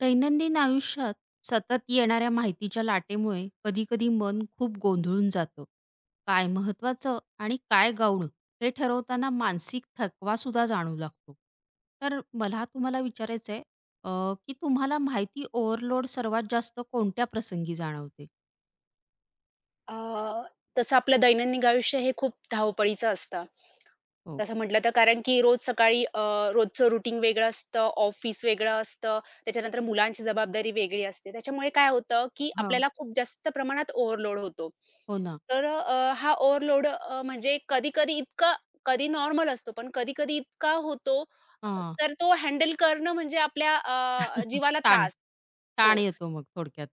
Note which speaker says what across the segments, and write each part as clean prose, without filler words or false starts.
Speaker 1: दैनंदिन आयुष्यात सतत येणाऱ्या माहितीच्या लाटेमुळे कधीकधी मन खूप गोंधळून जातं. काय महत्त्वाचं आणि काय गौण हे ठरवताना मानसिक थकवासुद्धा जाणवू लागतो. तर मला तुम्हाला विचारायचं आहे, की तुम्हाला माहिती ओव्हरलोड सर्वात जास्त कोणत्या प्रसंगी जाणवते?
Speaker 2: अ, तसं आपलं दैनंदिन आयुष्य हे खूप धावपळीचं असतं.
Speaker 1: हो.
Speaker 2: तसं म्हटलं तर कारण की रोज सकाळी रोजचं रुटीन वेगळं असतं, ऑफिस वेगळं असतं, त्याच्यानंतर मुलांची जबाबदारी वेगळी असते. त्याच्यामुळे काय होतं, की
Speaker 1: हां.
Speaker 2: आपल्याला खूप जास्त प्रमाणात ओव्हरलोड होतो.
Speaker 1: हो ना.
Speaker 2: तर हा ओव्हरलोड म्हणजे कधी-कधी इतका कधी नॉर्मल असतो, पण कधी-कधी इतका होतो,
Speaker 1: हां.
Speaker 2: तर तो हँडल करणं म्हणजे आपल्या जीवाला
Speaker 1: ताण
Speaker 2: त्रास.
Speaker 1: ताण
Speaker 2: हो.
Speaker 1: येतो मग थोडक्यात.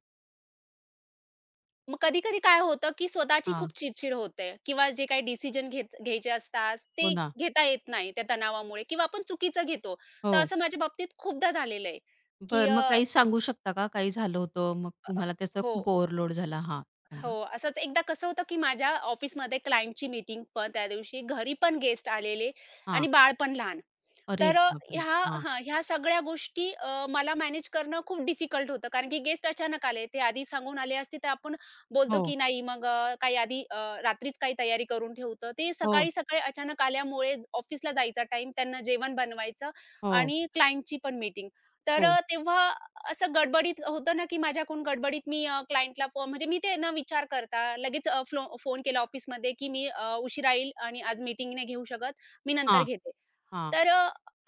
Speaker 2: मग कधी-कधी काय होतं, की स्वतःची
Speaker 1: हां.
Speaker 2: खूप चिडचिड होते किंवा जे काही डिसिजन घ्यायचे असतात,
Speaker 1: हो
Speaker 2: ते
Speaker 1: ना.
Speaker 2: घेता येत नाही त्या तणावामुळे किंवा आपण चुकीचं घेतो.
Speaker 1: हो.
Speaker 2: तर असं माझ्या बाबतीत खूपदा झालेलं आहे, की
Speaker 1: बरं,
Speaker 2: अ,
Speaker 1: मग काही सांगू शकता का? काही झालं होतं मग तुम्हाला त्याचा
Speaker 2: हो,
Speaker 1: खूप ओव्हरलोड झाला? हां,
Speaker 2: हो.
Speaker 1: सांगा.
Speaker 2: असंच एकदा कसं होतं, की माझ्या ऑफिसमध्ये क्लायंटची मीटिंग पण त्या दिवशी, घरी पण गेस्ट आलेले आणि
Speaker 1: हां.
Speaker 2: बाळ पण लहान.
Speaker 1: अरे
Speaker 2: तर अ,
Speaker 1: बापरे!
Speaker 2: ह्या
Speaker 1: हां.
Speaker 2: ह्या सगळ्या गोष्टी मला मॅनेज करणं खूप डिफिकल्ट होतं. कारण की गेस्ट अचानक आले. ते आधी सांगून आले असते, तर आपण
Speaker 1: हो,
Speaker 2: बोलतो की नाही मग काही आधी रात्रीच काही तयारी करून ठेवतो. ते
Speaker 1: हो,
Speaker 2: सकाळी-सकाळी अचानक आल्यामुळे ऑफिसला जायचा टाईम, त्यांना जेवण बनवायचं
Speaker 1: हो,
Speaker 2: आणि क्लायंटची पण मीटिंग. तर
Speaker 1: हो.
Speaker 2: अ, तेव्हा असं गडबडीत होतं ना, की माझ्याकडून गडबडीत मी क्लायंटला म्हणजे मी ते न विचार करता लगेच फोन केला ऑफिसमध्ये, की मी उशिरा येईल आणि आज मीटिंग नाही घेऊ शकत, मी नंतर
Speaker 1: हां,
Speaker 2: घेते.
Speaker 1: हां,
Speaker 2: तर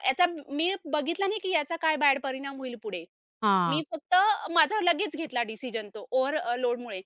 Speaker 2: याचा मी बघितला नाही की याचा काय बॅड परिणाम होईल पुढे. मी
Speaker 1: हां.
Speaker 2: फक्त माझा लगेच घेतला डिसिजन तो ओव्हर लोडमुळे.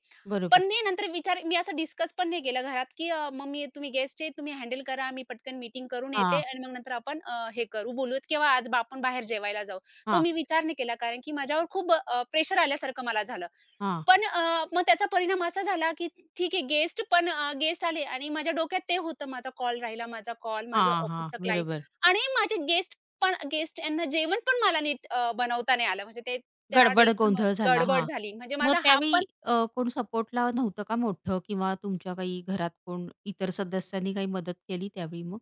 Speaker 2: पण
Speaker 1: बरोबर.
Speaker 2: मी नंतर विचार मी असं डिस्कस पण नाही केलं घरात की, "मम्मी तुम्ही गेस्ट आहे, तुम्ही हँडल करा. मी पटकन मीटिंग करून येते
Speaker 1: हां,
Speaker 2: आणि मग नंतर आपण हे करू, बोलूयात किंवा आज आपण बाहेर जेवायला जाऊ." तो
Speaker 1: हां,
Speaker 2: मी विचार नाही केला कारण की माझ्यावर खूप प्रेशर आल्यासारखं मला झालं.
Speaker 1: हां,
Speaker 2: पण मग त्याचा परिणाम असा झाला, की ठीक आहे गेस्ट आले आणि माझ्या डोक्यात ते होतं माझा कॉल राहिला, माझा कॉल, माझं
Speaker 1: हां, हां.
Speaker 2: ऑफिसचं क्लायंट
Speaker 1: बरोबर.
Speaker 2: आणि माझे गेस्ट यांना जेवण पण मला नीट बनवता नाही आलं. म्हणजे ते त्या
Speaker 1: गडबड गोंधळ
Speaker 2: टेन्शनमध्ये
Speaker 1: झाला.
Speaker 2: गडबड
Speaker 1: हां.
Speaker 2: झाली. म्हणजे
Speaker 1: मग
Speaker 2: माझा हा
Speaker 1: त्यावेळी
Speaker 2: पण
Speaker 1: कोण सपोर्टला नव्हतं का मोठं किंवा तुमच्या काही घरात कोण इतर सदस्यांनी काही मदत केली त्यावेळी मग?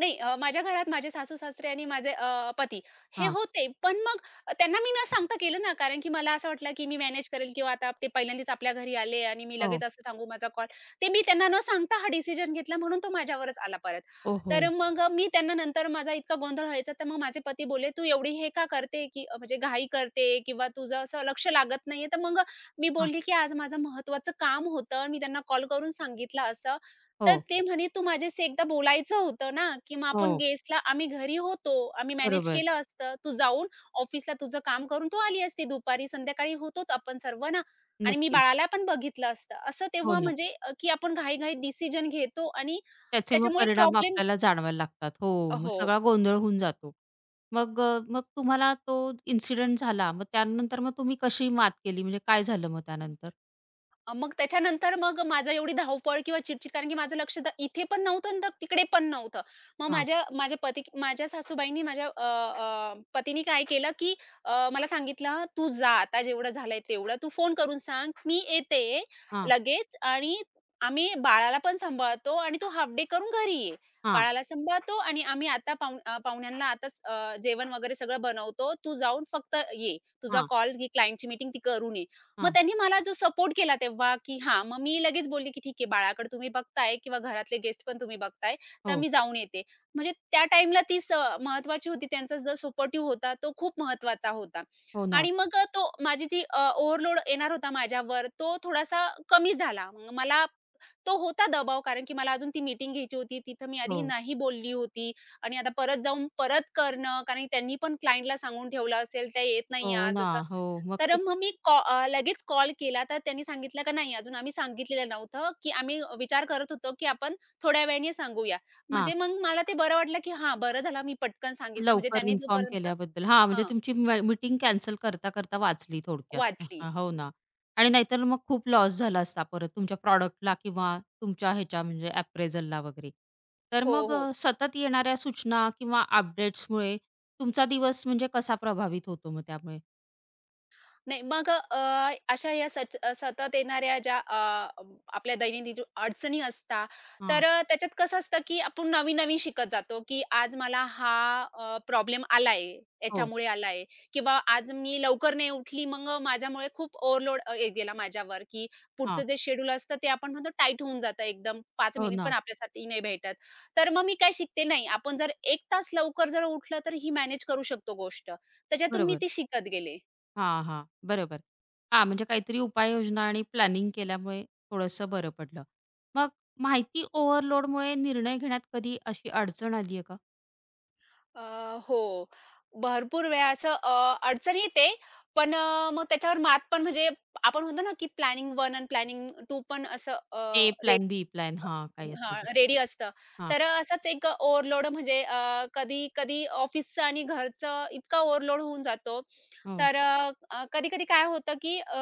Speaker 2: नाही. माझ्या घरात माझे सासू-सासरे आणि माझे पती हे
Speaker 1: हां.
Speaker 2: होते. पण मग त्यांना मी न सांगता केलं ना, कारण की मला असं वाटलं, की मी मॅनेज करेल किंवा आता ते पहिल्यांदाच आपल्या घरी आले आणि मी लगेच
Speaker 1: हो.
Speaker 2: असं सांगू माझा कॉल ते मी त्यांना न सांगता हा डिसिजन घेतला म्हणून तो माझ्यावरच आला परत.
Speaker 1: ओ हो.
Speaker 2: तर मग मी त्यांना नंतर माझा इतका गोंधळ व्हायचा, तर मग माझे पती बोलले, "तू एवढी हे का करते, की म्हणजे घाई करते किंवा तुझं असं लक्ष लागत नाहीये." तर मग मी
Speaker 1: हां.
Speaker 2: बोलली, की "आज माझं महत्त्वाचं काम होतं. मी त्यांना कॉल करून सांगितलं असं."
Speaker 1: हो,
Speaker 2: तर ते म्हणे, "तू माझ्याशी एकदा बोलायचं होतं ना, की मग आपण
Speaker 1: हो.
Speaker 2: गेस्टला आम्ही घरी होतो, आम्ही मॅनेज
Speaker 1: बरोबर.
Speaker 2: केलं असतं. तू जाऊन ऑफिसला तुझं काम करून तू आली असती. दुपारी, संध्याकाळी होतोच आपण सर्व ना आणि मी
Speaker 1: नक्कीच.
Speaker 2: बाळाला पण बघितलं असतं." असं
Speaker 1: हो
Speaker 2: तेव्हा
Speaker 1: ना.
Speaker 2: म्हणजे की आपण घाईघाईत डिसिजन घेतो आणि
Speaker 1: त्याचे मग
Speaker 2: त्याच्यामुळे
Speaker 1: परिणाम
Speaker 2: प्रॉब्लेम.
Speaker 1: आपल्याला जाणवायला लागतात. हो, मग
Speaker 2: हो.
Speaker 1: सगळा गोंधळ होऊन जातो. मग मग तुम्हाला तो इन्सिडेंट झाला. मग त्यानंतर मग तुम्ही कशी मात केली? म्हणजे काय झालं मग त्यानंतर?
Speaker 2: मग त्याच्यानंतर मग माझं एवढी धावपळ किंवा चिडचिड कारण की माझं लक्ष तर इथे पण नव्हतं आणि तर तिकडे पण नव्हतं. मग
Speaker 1: हां,
Speaker 2: माझ्या माझ्या पती माझ्या सासूबाईंनी माझ्या अ, अ, पतीनी काय केलं, की मला सांगितलं, "तू जा आता जेवढं झालंय तेवढं. तू फोन करून सांग, मी येते
Speaker 1: हां,
Speaker 2: लगेच आणि आम्ही बाळाला पण सांभाळतो आणि तू हाल्फ डे करून घरी ये.
Speaker 1: हां,
Speaker 2: बाळाला सांभाळतो आणि आम्ही आता पाहुण्यांना आताच जेवण वगैरे सगळं बनवतो. तू जाऊन फक्त ये. तुझा
Speaker 1: हां,
Speaker 2: कॉल, क्लायंटची मीटिंग ती करून ये." मग
Speaker 1: हां.
Speaker 2: त्यांनी मला जो सपोर्ट केला तेव्हा, की हां, मग मी लगेच बोलली, की "ठीक आहे, बाळाकडे तुम्ही बघताय किंवा घरातले गेस्ट पण तुम्ही बघताय, तर
Speaker 1: हो,
Speaker 2: मी जाऊन येते." म्हणजे त्या टाइमला ती महत्त्वाची होती. त्यांचा जो सपोर्टिव्ह होता, तो खूप महत्त्वाचा होता.
Speaker 1: हो ना.
Speaker 2: आणि मग तो माझी ती ओव्हरलोड येणार होता माझ्यावर, तो थोडासा कमी झाला. मग मला तो होता दबाव, कारण की मला अजून ती मीटिंग घ्यायची होती. तिथं मी आधी
Speaker 1: हो,
Speaker 2: नाही बोलली होती आणि आता परत जाऊन परत करणं, कारण की त्यांनी पण क्लायंटला सांगून ठेवलं असेल, "त्या येत नाही
Speaker 1: हो
Speaker 2: आज,"
Speaker 1: ना.
Speaker 2: असं.
Speaker 1: हो, मग
Speaker 2: तर
Speaker 1: ते
Speaker 2: मग मी लगेच कॉल केला, तर त्यांनी सांगितलं का "नाही, अजून आम्ही सांगितलेलं नव्हतं, की आम्ही विचार करत होतो, की आपण थोड्या वेळाने सांगूया."
Speaker 1: हां.
Speaker 2: म्हणजे मग मला ते बरं वाटलं, की हां, बरं झालं मी पटकन सांगितलं, म्हणजे
Speaker 1: लवकर
Speaker 2: त्यांनी
Speaker 1: इन्फॉर्म
Speaker 2: जोपर्यंत
Speaker 1: केल्याबद्दल. हां, म्हणजे
Speaker 2: हां,
Speaker 1: तुमची म मीटिंग कॅन्सल करता-करता वाचली थोडक्यात.
Speaker 2: वाचली.
Speaker 1: हां, हो ना. आणि नाहीतर मग खूप लॉस झाला असता परत तुमच्या प्रॉडक्टला किंवा तुमच्या ह्याच्या म्हणजे अप्रेझलला वगैरे. तर
Speaker 2: हो,
Speaker 1: मग,
Speaker 2: हो.
Speaker 1: सतत येणाऱ्या सूचना किंवा अपडेट्समुळे तुमचा दिवस म्हणजे कसा प्रभावित होतो मग त्यामुळे?
Speaker 2: नाही मग अशा या सतत येणाऱ्या आपल्या दैनंदिन जी अडचणी असतात,
Speaker 1: हां,
Speaker 2: तर त्याच्यात कसं असतं, की आपण नवीन-नवीन शिकत जातो, की आज मला हा प्रॉब्लेम आलाय,
Speaker 1: हो,
Speaker 2: याच्यामुळे आलाय किंवा आज मी लवकर नाही उठली, मग माझ्यामुळे खूप ओव्हरलोड येत गेला माझ्यावर, की पुढचं
Speaker 1: हां,
Speaker 2: जे शेड्यूल असतं, ते आपण म्हणतो टाईट होऊन जातं एकदम. 5
Speaker 1: हो
Speaker 2: मिनिट पण
Speaker 1: ना,
Speaker 2: आपल्यासाठी नाही भेटत. तर मग मी काय शिकते, नाही आपण जर 1 तास लवकर जर उठलं, तर ही मॅनेज करू शकतो गोष्ट. त्याच्यातून मी
Speaker 1: बरोबर.
Speaker 2: ती शिकत गेले.
Speaker 1: हां, हां. बरोबर. हां, म्हणजे काहीतरी उपाययोजना आणि प्लॅनिंग केल्यामुळे थोडंसं बरं पडलं. मग माहिती ओव्हरलोडमुळे निर्णय घेण्यात कधी अशी अडचण आली आहे का?
Speaker 2: हो. भरपूर वेळा असं अडचण येते. पण मग त्याच्यावर मात पण म्हणजे आपण म्हणतो ना, की प्लॅनिंग वन आणि प्लॅनिंग टू पण असं
Speaker 1: ए प्लॅन, बी प्लॅन, हां, काही
Speaker 2: हां,
Speaker 1: असेल.
Speaker 2: रेडी असतं.
Speaker 1: हां.
Speaker 2: तर एक ओव्हरलोड म्हणजे कधी-कधी ऑफिसचं आणि घरचं इतका ओव्हरलोड होऊन जातो.
Speaker 1: हो,
Speaker 2: तर कधी-कधी काय होतं, की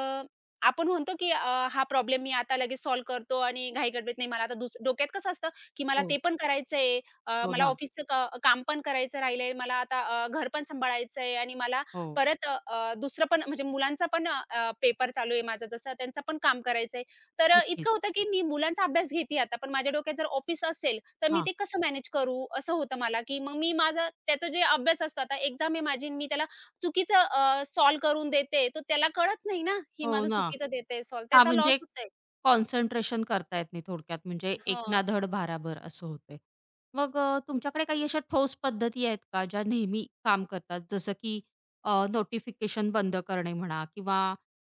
Speaker 2: आपण म्हणतो, की हा प्रॉब्लेम मी आता लगेच सॉल्व्ह करतो आणि घाई गडबडीत नाही. मला आता डोक्यात कसं असतं, की मला ते
Speaker 1: हो.
Speaker 2: पण करायचंय,
Speaker 1: हो
Speaker 2: मला
Speaker 1: ना.
Speaker 2: ऑफिसचं काम पण करायचं राहिलंय, मला आता घर पण सांभाळायचंय आणि मला
Speaker 1: हो.
Speaker 2: परत अ, अ, दुसरं पण म्हणजे मुलांचा पण पेपर चालू आहे माझा, जसं त्यांचं पण काम करायचंय. तर इतकं
Speaker 1: नक्कीच.
Speaker 2: होतं की मी मुलांचा अभ्यास घेते आता, पण माझ्या डोक्यात जर ऑफिस असेल, तर मी
Speaker 1: हां.
Speaker 2: ते कसं मॅनेज करू? असं होतं मला, की मग मी माझा त्याचा जे अभ्यास असतो आता एक्झाम आहे माझी आणि मी त्याला चुकीचं सॉल्व्ह करून देते, तर त्याला कळत नाही ना, ही
Speaker 1: हो
Speaker 2: माझं
Speaker 1: ना.
Speaker 2: चुकीचं देते सॉल्व्ह.
Speaker 1: हा
Speaker 2: त्याचा लॉस
Speaker 1: म्हणजे
Speaker 2: होतोय.
Speaker 1: कॉन्सन्ट्रेशन करता येत नाही थोडक्यात, म्हणजे एक
Speaker 2: हां.
Speaker 1: ना धड भाराभर असं होतंय. मग, तुमच्याकडे काही अशा ठोस पद्धती आहेत का ज्या नेहमी काम करतात? जसं की नोटिफिकेशन बंद करणे म्हणा किंवा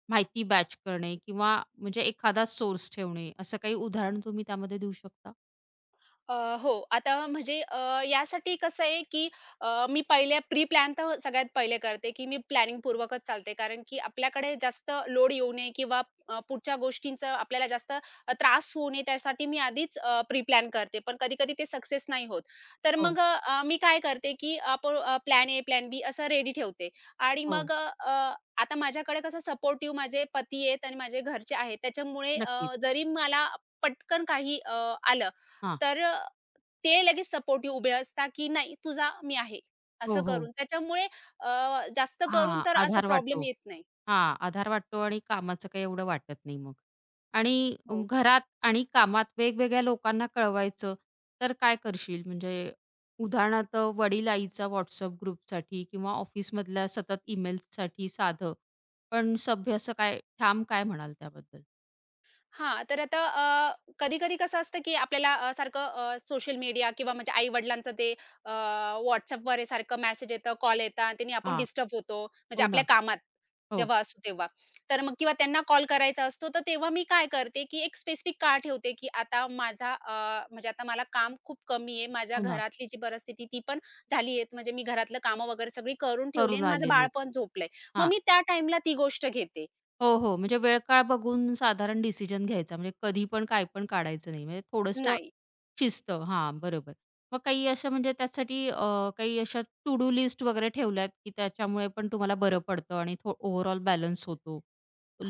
Speaker 1: माहिती बॅच करणे किंवा म्हणजे एखादा सोर्स ठेवणे, असं काही उदाहरण तुम्ही त्यामध्ये देऊ शकता?
Speaker 2: अ, हो. आता म्हणजे यासाठी कसं आहे, की मी पहिले प्री प्लॅन तर सगळ्यात पहिले करते, की मी प्लॅनिंगपूर्वकच चालते. कारण की आपल्याकडे जास्त लोड येऊ नये किंवा पुढच्या गोष्टींचा आपल्याला जास्त त्रास होऊ नये त्यासाठी मी आधीच प्री प्लॅन करते. पण कधी-कधी ते सक्सेस नाही होत. तर
Speaker 1: हो,
Speaker 2: मग अ, मी काय करते, की आपण प्लॅन ए, प्लॅन बी असं रेडी ठेवते. आणि
Speaker 1: हो.
Speaker 2: मग अ, आता माझ्याकडे कसं सपोर्टिव्ह माझे पती आहेत आणि माझे घरचे आहेत. त्याच्यामुळे
Speaker 1: नक्कीच.
Speaker 2: जरी मला पटकन काही आलं
Speaker 1: हां.
Speaker 2: तर ते लगेच सपोर्टिव्ह उभे असतात, की "नाही तू जा, मी आहे."
Speaker 1: हो,
Speaker 2: असं
Speaker 1: हो.
Speaker 2: करून त्याच्यामुळे अ, जास्त करून
Speaker 1: हां,
Speaker 2: तर असे
Speaker 1: आधार वाटतो.
Speaker 2: प्रॉब्लेम येत नाही.
Speaker 1: हां, आधार वाटतो आणि कामाचं काही एवढं वाटत नाही मग. आणि अम,
Speaker 2: हो.
Speaker 1: घरात आणि कामात वेगवेगळ्या लोकांना कळवायचं, तर काय करशील? म्हणजे उदाहरणार्थ वडील आईचा WhatsApp ग्रुपसाठी किंवा ऑफिसमधल्या सतत ईमेल्ससाठी साधं, पण सभ्य असं काय ठाम काय म्हणाल त्याबद्दल?
Speaker 2: हां, तर आता कधी-कधी कसं असतं, की आपल्याला सारखं सोशल मीडिया किंवा म्हणजे आई-वडिलांचं ते अ, हे सारखं मेसेज येतं, कॉल येतात आणि त्यांनी आपण
Speaker 1: हां,
Speaker 2: डिस्टर्ब होतो, म्हणजे
Speaker 1: हो ना.
Speaker 2: आपल्या कामात
Speaker 1: हो,
Speaker 2: जेव्हा असतो तेव्हा. तर मग किंवा त्यांना कॉल करायचा असतो, तर तेव्हा मी काय करते, की एक स्पेसिफिक काळ ठेवते, की आता माझा म्हणजे आता मला काम खूप कमी आहे. माझ्या
Speaker 1: हो ना.
Speaker 2: घरातली जी परिस्थिती ती पण झाली आहे. म्हणजे मी घरातलं कामं वगैरे सगळी करून ठेवली
Speaker 1: करून
Speaker 2: आणि माझं
Speaker 1: आलेली
Speaker 2: बाळ
Speaker 1: आहेत.
Speaker 2: पण झोपलंय. मग मी त्या टाईमला ती गोष्ट घेते.
Speaker 1: हो, हो. म्हणजे वेळ काळ बघून साधारण डिसिजन घ्यायचा. म्हणजे कधी पण काय पण काढायचं नाही. म्हणजे थोडंसं
Speaker 2: नाही.
Speaker 1: शिस्त, हां, बरोबर. मग काही अशा, म्हणजे त्यासाठी, काही अशा टू डू लिस्ट वगैरे ठेवल्यात, की त्याच्यामुळे पण तुम्हाला बरं पडतं आणि थो ओव्हरऑल बॅलन्स होतो.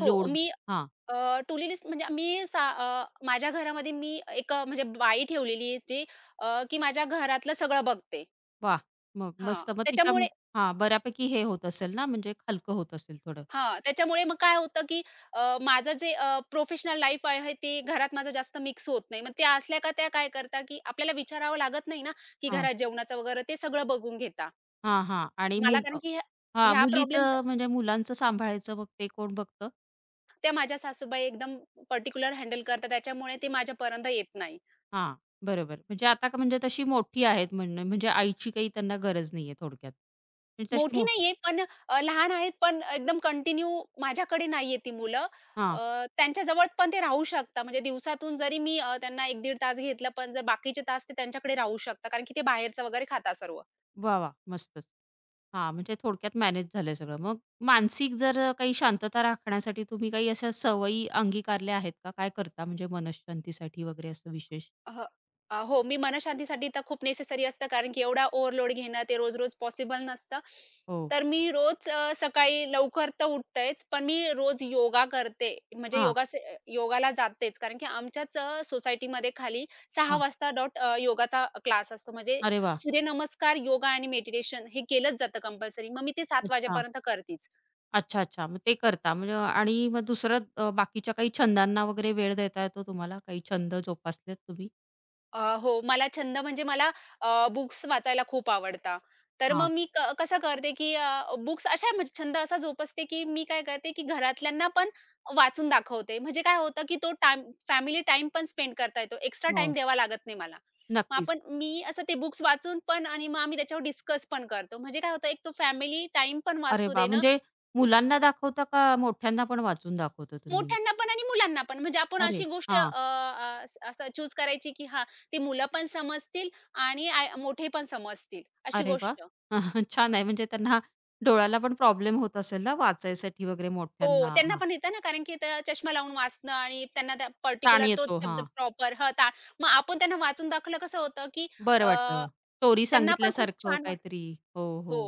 Speaker 2: हो,
Speaker 1: हां,
Speaker 2: टू लिस्ट म्हणजे माझ्या घरामध्ये मी एक म्हणजे बाई ठेवलेली आहे जी की माझ्या घरातलं सगळं बघते.
Speaker 1: वाह! मग
Speaker 2: हां,
Speaker 1: मस्त. मग तिच्या
Speaker 2: त्याच्यामुळे
Speaker 1: हां, बऱ्यापैकी हे होत असेल ना, म्हणजे हलकं होत असेल थोडं.
Speaker 2: हां, त्याच्यामुळे मग काय होतं की माझं जे प्रोफेशनल लाईफ आहे ते घरात माझं जास्त मिक्स होत नाही. मग त्या असल्या का त्या काय करतात की आपल्याला विचारावं लागत नाही ना, की
Speaker 1: हां,
Speaker 2: घरात जेवणाचं वगैरे ते सगळं बघून घेता.
Speaker 1: हां, हां. आणि
Speaker 2: मला
Speaker 1: मुल
Speaker 2: कारण की ह्या
Speaker 1: हां,
Speaker 2: ह्या प्रॉब्लेम
Speaker 1: मुलीचं म्हणजे मुलांचं सांभाळायचं मग ते कोण बघतं?
Speaker 2: त्या माझ्या सासूबाई एकदम पर्टिक्युलर हँडल करतात त्याच्यामुळे ते माझ्यापर्यंत येत नाही.
Speaker 1: हां, बरोबर. म्हणजे आता का म्हणजे तशी मोठी आहेत म्हणणं, म्हणजे आईची काही त्यांना गरज नाहीये थोडक्यात. म्हणजे तशी
Speaker 2: मोठी
Speaker 1: मो
Speaker 2: नाहीये, पण लहान आहेत, पण एकदम कंटिन्यू माझ्याकडे नाहीये ती मुलं.
Speaker 1: हां.
Speaker 2: अ, त्यांच्याजवळ पण ते राहू शकतात. म्हणजे दिवसातून जरी मी त्यांना 1-1.5 तास घेतलं, पण जर बाकीचे तास ते त्यांच्याकडे राहू शकतात. कारण की ते बाहेरचं वगैरे खातात सर्व.
Speaker 1: वाह! वाह! मस्तच. हां, म्हणजे थोडक्यात मॅनेज झालंय सगळं. मग मानसिक जर काही शांतता राखण्यासाठी तुम्ही काही अशा सवयी अंगीकारल्या आहेत का? काय करता म्हणजे मनःशांतीसाठी वगैरे असं विशेष?
Speaker 2: अह, हो, मी मनःशांतीसाठी तर खूप नेसेसरी असतं कारण की एवढा ओव्हरलोड घेणं ते रोज-रोज पॉसिबल नसतं.
Speaker 1: हो.
Speaker 2: तर मी रोज सकाळी लवकर तर उठतेच, पण मी रोज योगा करते. म्हणजे
Speaker 1: हां,
Speaker 2: योगाला जातेच कारण की आमच्याच सोसायटीमध्ये खाली 6
Speaker 1: हां.
Speaker 2: वाजता डॉट योगाचा क्लास असतो. म्हणजे
Speaker 1: अरे वाह!
Speaker 2: सूर्यनमस्कार, योगा आणि मेडिटेशन हे केलंच जातं कंपल्सरी. मग मी ते 7
Speaker 1: अच्छा.
Speaker 2: वाजेपर्यंत करतीच.
Speaker 1: अच्छा, अच्छा. मग ते करता म्हणजे, आणि मग दुसरं, बाकीच्या काही छंदांना वगैरे वेळ देता येतो तुम्हाला? काही छंद जोपासलेत तुम्ही?
Speaker 2: हो, मला छंद म्हणजे मला बुक्स वाचायला खूप आवडता तर मग
Speaker 1: हां.
Speaker 2: मी कसं करते, की बुक्स अशा म्हणजे छंद असा जोपासते, की मी काय करते, की घरातल्यांना पण वाचून दाखवते. म्हणजे काय होतं, की तो टाईम फॅमिली टाईम पण स्पेंड करता येतो. एक्स्ट्रा टाईम
Speaker 1: हो.
Speaker 2: द्यावा लागत नाही मला. मग
Speaker 1: नक्कीच.
Speaker 2: आपण मी असं ते बुक्स वाचून पण आणि मग आम्ही त्याच्यावर डिस्कस पण करतो. म्हणजे काय होतं, एक तो फॅमिली टाईम पण
Speaker 1: अरे
Speaker 2: वाचतो
Speaker 1: वाह!
Speaker 2: देणं
Speaker 1: म्हणजे मुलांना दाखवता का मोठ्यांना पण वाचून दाखवता तुम्ही?
Speaker 2: मोठ्यांना पण आणि मुलांना पण. म्हणजे आपण
Speaker 1: अरे
Speaker 2: अशी गोष्ट अ,
Speaker 1: हां.
Speaker 2: अ, अस- असं चूज करायची, की हां, ते मुलं पण समजतील आणि आय मोठे पण समजतील अशी
Speaker 1: अरे वाह!
Speaker 2: गोष्ट.
Speaker 1: छान आहे म्हणजे त्यांना डोळ्याला पण प्रॉब्लेम होत असेल ना वाचायसाठी वगैरे
Speaker 2: हो,
Speaker 1: मोठ्यांना?
Speaker 2: त्यांना
Speaker 1: हां.
Speaker 2: पण येतं ना, कारण की त्या चष्मा लावून वाचणं आणि त्यांना त्या
Speaker 1: ताण
Speaker 2: पर्टिक्युलर तोच
Speaker 1: येतो.
Speaker 2: शब्द
Speaker 1: हां.
Speaker 2: प्रॉपर हं, ता मग आपण त्यांना वाचून दाखवलं कसं होतं, की
Speaker 1: बरं
Speaker 2: अ,
Speaker 1: वाटतं. स्टोरी
Speaker 2: त्यांना पण खूप
Speaker 1: सांगितल्यासारखं
Speaker 2: छान वाट.
Speaker 1: काहीतरी. हो,
Speaker 2: हो.
Speaker 1: हो.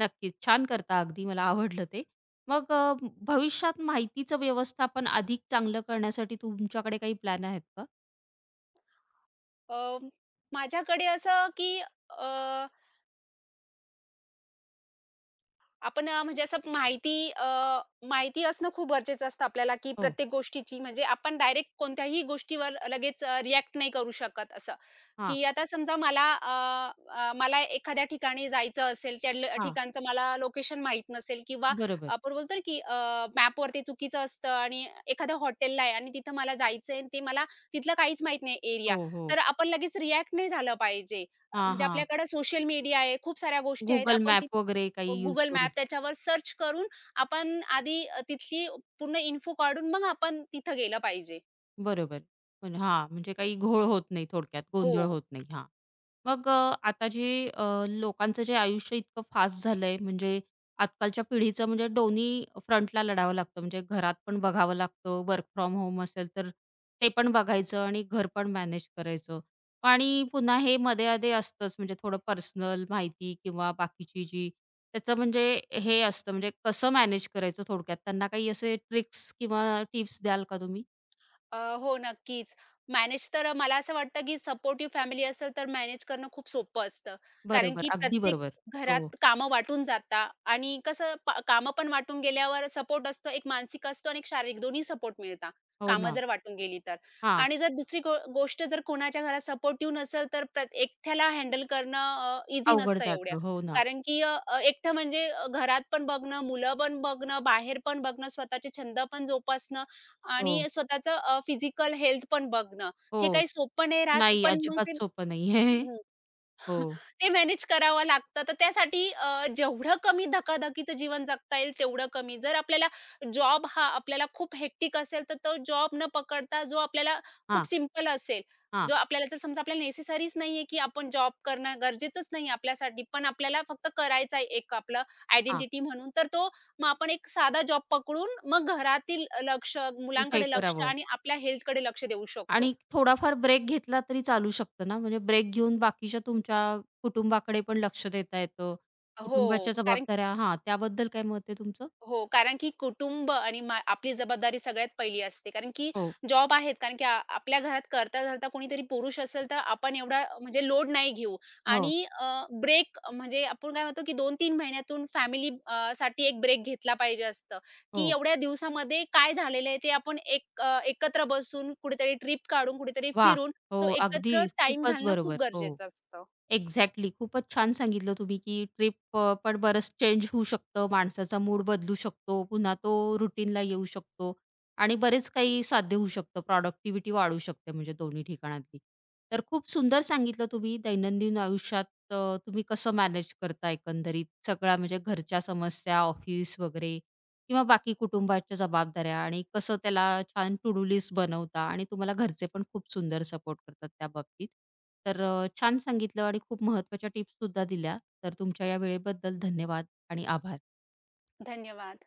Speaker 1: नक्कीच. छान करता, अगदी मला आवडलं ते. मग, भविष्यात माहितीचं व्यवस्थापन अधिक चांगलं करण्यासाठी तुमच्याकडे काही प्लॅन आहेत का?
Speaker 2: अ, माझ्याकडे असं, की अ आपण म्हणजे असं माहिती असणं खूप गरजेचं असतं आपल्याला, की
Speaker 1: हो.
Speaker 2: प्रत्येक गोष्टीची म्हणजे आपण डायरेक्ट कोणत्याही गोष्टीवर लगेच रिएक्ट नाही करू शकत असं.
Speaker 1: हां,
Speaker 2: की आता समजा मला एखाद्या ठिकाणी जायचं असेल, त्या
Speaker 1: हां.
Speaker 2: ठिकाणचं मला लोकेशन माहीत नसेल किंवा
Speaker 1: बरोबर.
Speaker 2: आपण बोलतो ना, की मॅपवरती चुकीचं असतं आणि एखाद्या हॉटेलला आहे आणि तिथं मला जायचं आणि ते मला तिथलं काहीच माहीत नाही एरिया.
Speaker 1: हो, हो.
Speaker 2: तर आपण लगेच रिएक्ट नाही झालं पाहिजे.
Speaker 1: हां,
Speaker 2: म्हणजे
Speaker 1: हां.
Speaker 2: आपल्याकडे सोशल मीडिया आहे, खूप साऱ्या गोष्टी आहेत.
Speaker 1: Google
Speaker 2: आपण
Speaker 1: मॅप वगैरे काही यूज
Speaker 2: गुगल
Speaker 1: करू?
Speaker 2: मॅप त्याच्यावर सर्च करून आपण आधी तिथली पूर्ण इन्फो काढून मग आपण तिथं गेलं पाहिजे.
Speaker 1: बरोबर. पण हां, म्हणजे काही घोळ होत नाही थोडक्यात,
Speaker 2: हो.
Speaker 1: गोंधळ होत नाही. हां. मग, आता जे लोकांचं जे आयुष्य इतकं फास्ट झालंय, म्हणजे आजकालच्या पिढीचं, म्हणजे दोन्ही फ्रंटला लढावं लागतं. म्हणजे घरात पण बघावं लागतं, वर्क फ्रॉम होम असेल तर ते पण बघायचं आणि घर पण मॅनेज करायचं. आणि पुन्हा हे मध्ये-अधे असतंच, म्हणजे थोडं पर्सनल माहिती किंवा बाकीची जी त्याचं म्हणजे हे असतं, म्हणजे कसं मॅनेज करायचं थोडक्यात? त्यांना काही असे ट्रिक्स किंवा टिप्स द्याल का तुम्ही?
Speaker 2: अ, हो, नक्कीच. मॅनेज तर मला असं वाटतं, की सपोर्टिव्ह फॅमिली असेल, तर मॅनेज करणं खूप सोपं असतं. कारण
Speaker 1: बरोबर.
Speaker 2: की
Speaker 1: अगदी
Speaker 2: प्रत्येक
Speaker 1: बरोबर. हो.
Speaker 2: घरात कामं वाटून जाता आणि कसं कामं पण वाटून गेल्यावर सपोर्ट असतो, एक मानसिक असतो आणि एक शारीरिक दोन्ही सपोर्ट मिळतात,
Speaker 1: हो
Speaker 2: कामं
Speaker 1: ना.
Speaker 2: जर वाटून गेली तर.
Speaker 1: हा,
Speaker 2: आणि जर दुसरी गोष्ट जर कोणाच्या घरात सपोर्टिव्ह नसेल, तर एकट्याला हँडल करणं इझी
Speaker 1: अवघड
Speaker 2: नसतं एवढ्या.
Speaker 1: जातं. हो ना.
Speaker 2: कारण की अ, अ, एकटं म्हणजे घरात पण बघणं, मुलं पण बघणं, बाहेर पण बघणं, स्वतःचे छंद पण जोपासणं
Speaker 1: हो.
Speaker 2: आणि स्वतःचं फिजिकल हेल्थ पण बघणं, हे
Speaker 1: हो.
Speaker 2: काही सोपं नाही राहत,
Speaker 1: नाही,
Speaker 2: पण मग
Speaker 1: अजिबात
Speaker 2: ते.
Speaker 1: सोपं नाही आहे.
Speaker 2: हं.
Speaker 1: हो.
Speaker 2: ते मॅनेज करावं लागतं. तर त्यासाठी जेवढं कमी धकाधकीचं जीवन जगता येईल तेवढं कमी. जर आपल्याला जॉब हा आपल्याला खूप हेक्टिक असेल, तर तो जॉब न पकडता जो आपल्याला
Speaker 1: हा,
Speaker 2: खूप सिंपल असेल,
Speaker 1: हां,
Speaker 2: जो आपल्याला जर समजा आपल्याला नेसेसरीच नाहीये, की आपण जॉब करणं गरजेचंच नाही आपल्यासाठी. पण आपल्याला फक्त करायचा आहे एक आपलं
Speaker 1: हां.
Speaker 2: आयडेंटिटी म्हणून. तर तो मग आपण एक साधा जॉब पकडून मग घरातील लक्ष,
Speaker 1: हे
Speaker 2: मुलांकडे लक्ष
Speaker 1: करावं
Speaker 2: आणि आपल्या हेल्थकडे लक्ष देऊ शकतो.
Speaker 1: आणि थोडाफार ब्रेक घेतला तरी चालू शकतं ना, म्हणजे ब्रेक घेऊन बाकीच्या तुमच्या कुटुंबाकडे पण लक्ष देता येतं.
Speaker 2: हो,
Speaker 1: कुटुंबाच्या
Speaker 2: कारण
Speaker 1: जबाबदाऱ्या, हां, त्याबद्दल काय मत आहे तुमचं?
Speaker 2: हो, कारण की कुटुंब आणि आपली जबाबदारी सगळ्यात पहिली असते. कारण की
Speaker 1: हो.
Speaker 2: जॉब आहेत, कारण की आपल्या घरात करता-धरता कोणीतरी पुरुष असेल, तर आपण एवढा म्हणजे लोड नाही घेऊ
Speaker 1: हो.
Speaker 2: आणि ब्रेक म्हणजे आपण काय म्हणतो, की 2 तीन महिन्यातून फॅमिली साठी एक ब्रेक घेतला पाहिजे असतं, की
Speaker 1: हो.
Speaker 2: एवढ्या दिवसामध्ये काय झालेलं आहे ते आपण एक एकत्र बसून कुठेतरी ट्रिप काढून, कुठेतरी
Speaker 1: वाह!
Speaker 2: फिरून
Speaker 1: हो.
Speaker 2: तो
Speaker 1: अगदी
Speaker 2: एकत्र टाईम
Speaker 1: खूपच
Speaker 2: घालणं खूप
Speaker 1: बरोबर. हो.
Speaker 2: गरजेचं असतं.
Speaker 1: एक्झॅक्टली. खूपच छान सांगितलं तुम्ही, की ट्रिप, पण बरंच चेंज होऊ शकतं. माणसाचा मूड बदलू शकतो. पुन्हा तो रुटीनला येऊ शकतो आणि बरेच काही साध्य होऊ शकतं. प्रॉडक्टिव्हिटी वाढू शकते म्हणजे दोन्ही ठिकाणातली. तर खूप सुंदर सांगितलं तुम्ही दैनंदिन आयुष्यात, अ, तुम्ही कसं मॅनेज करता एकंदरीत सगळ्या, म्हणजे घरच्या समस्या, ऑफिस वगैरे किंवा बाकी कुटुंबाच्या जबाबदाऱ्या, आणि कसं त्याला छान टू डू लिस्ट बनवता आणि तुम्हाला घरचे पण खूप सुंदर सपोर्ट करतात त्या बाबतीत. तर, छान सांगितलं आणि खूप महत्त्वाच्या टिप्ससुद्धा दिल्या. तर तुमच्या या वेळेबद्दल धन्यवाद आणि आभार.
Speaker 2: धन्यवाद.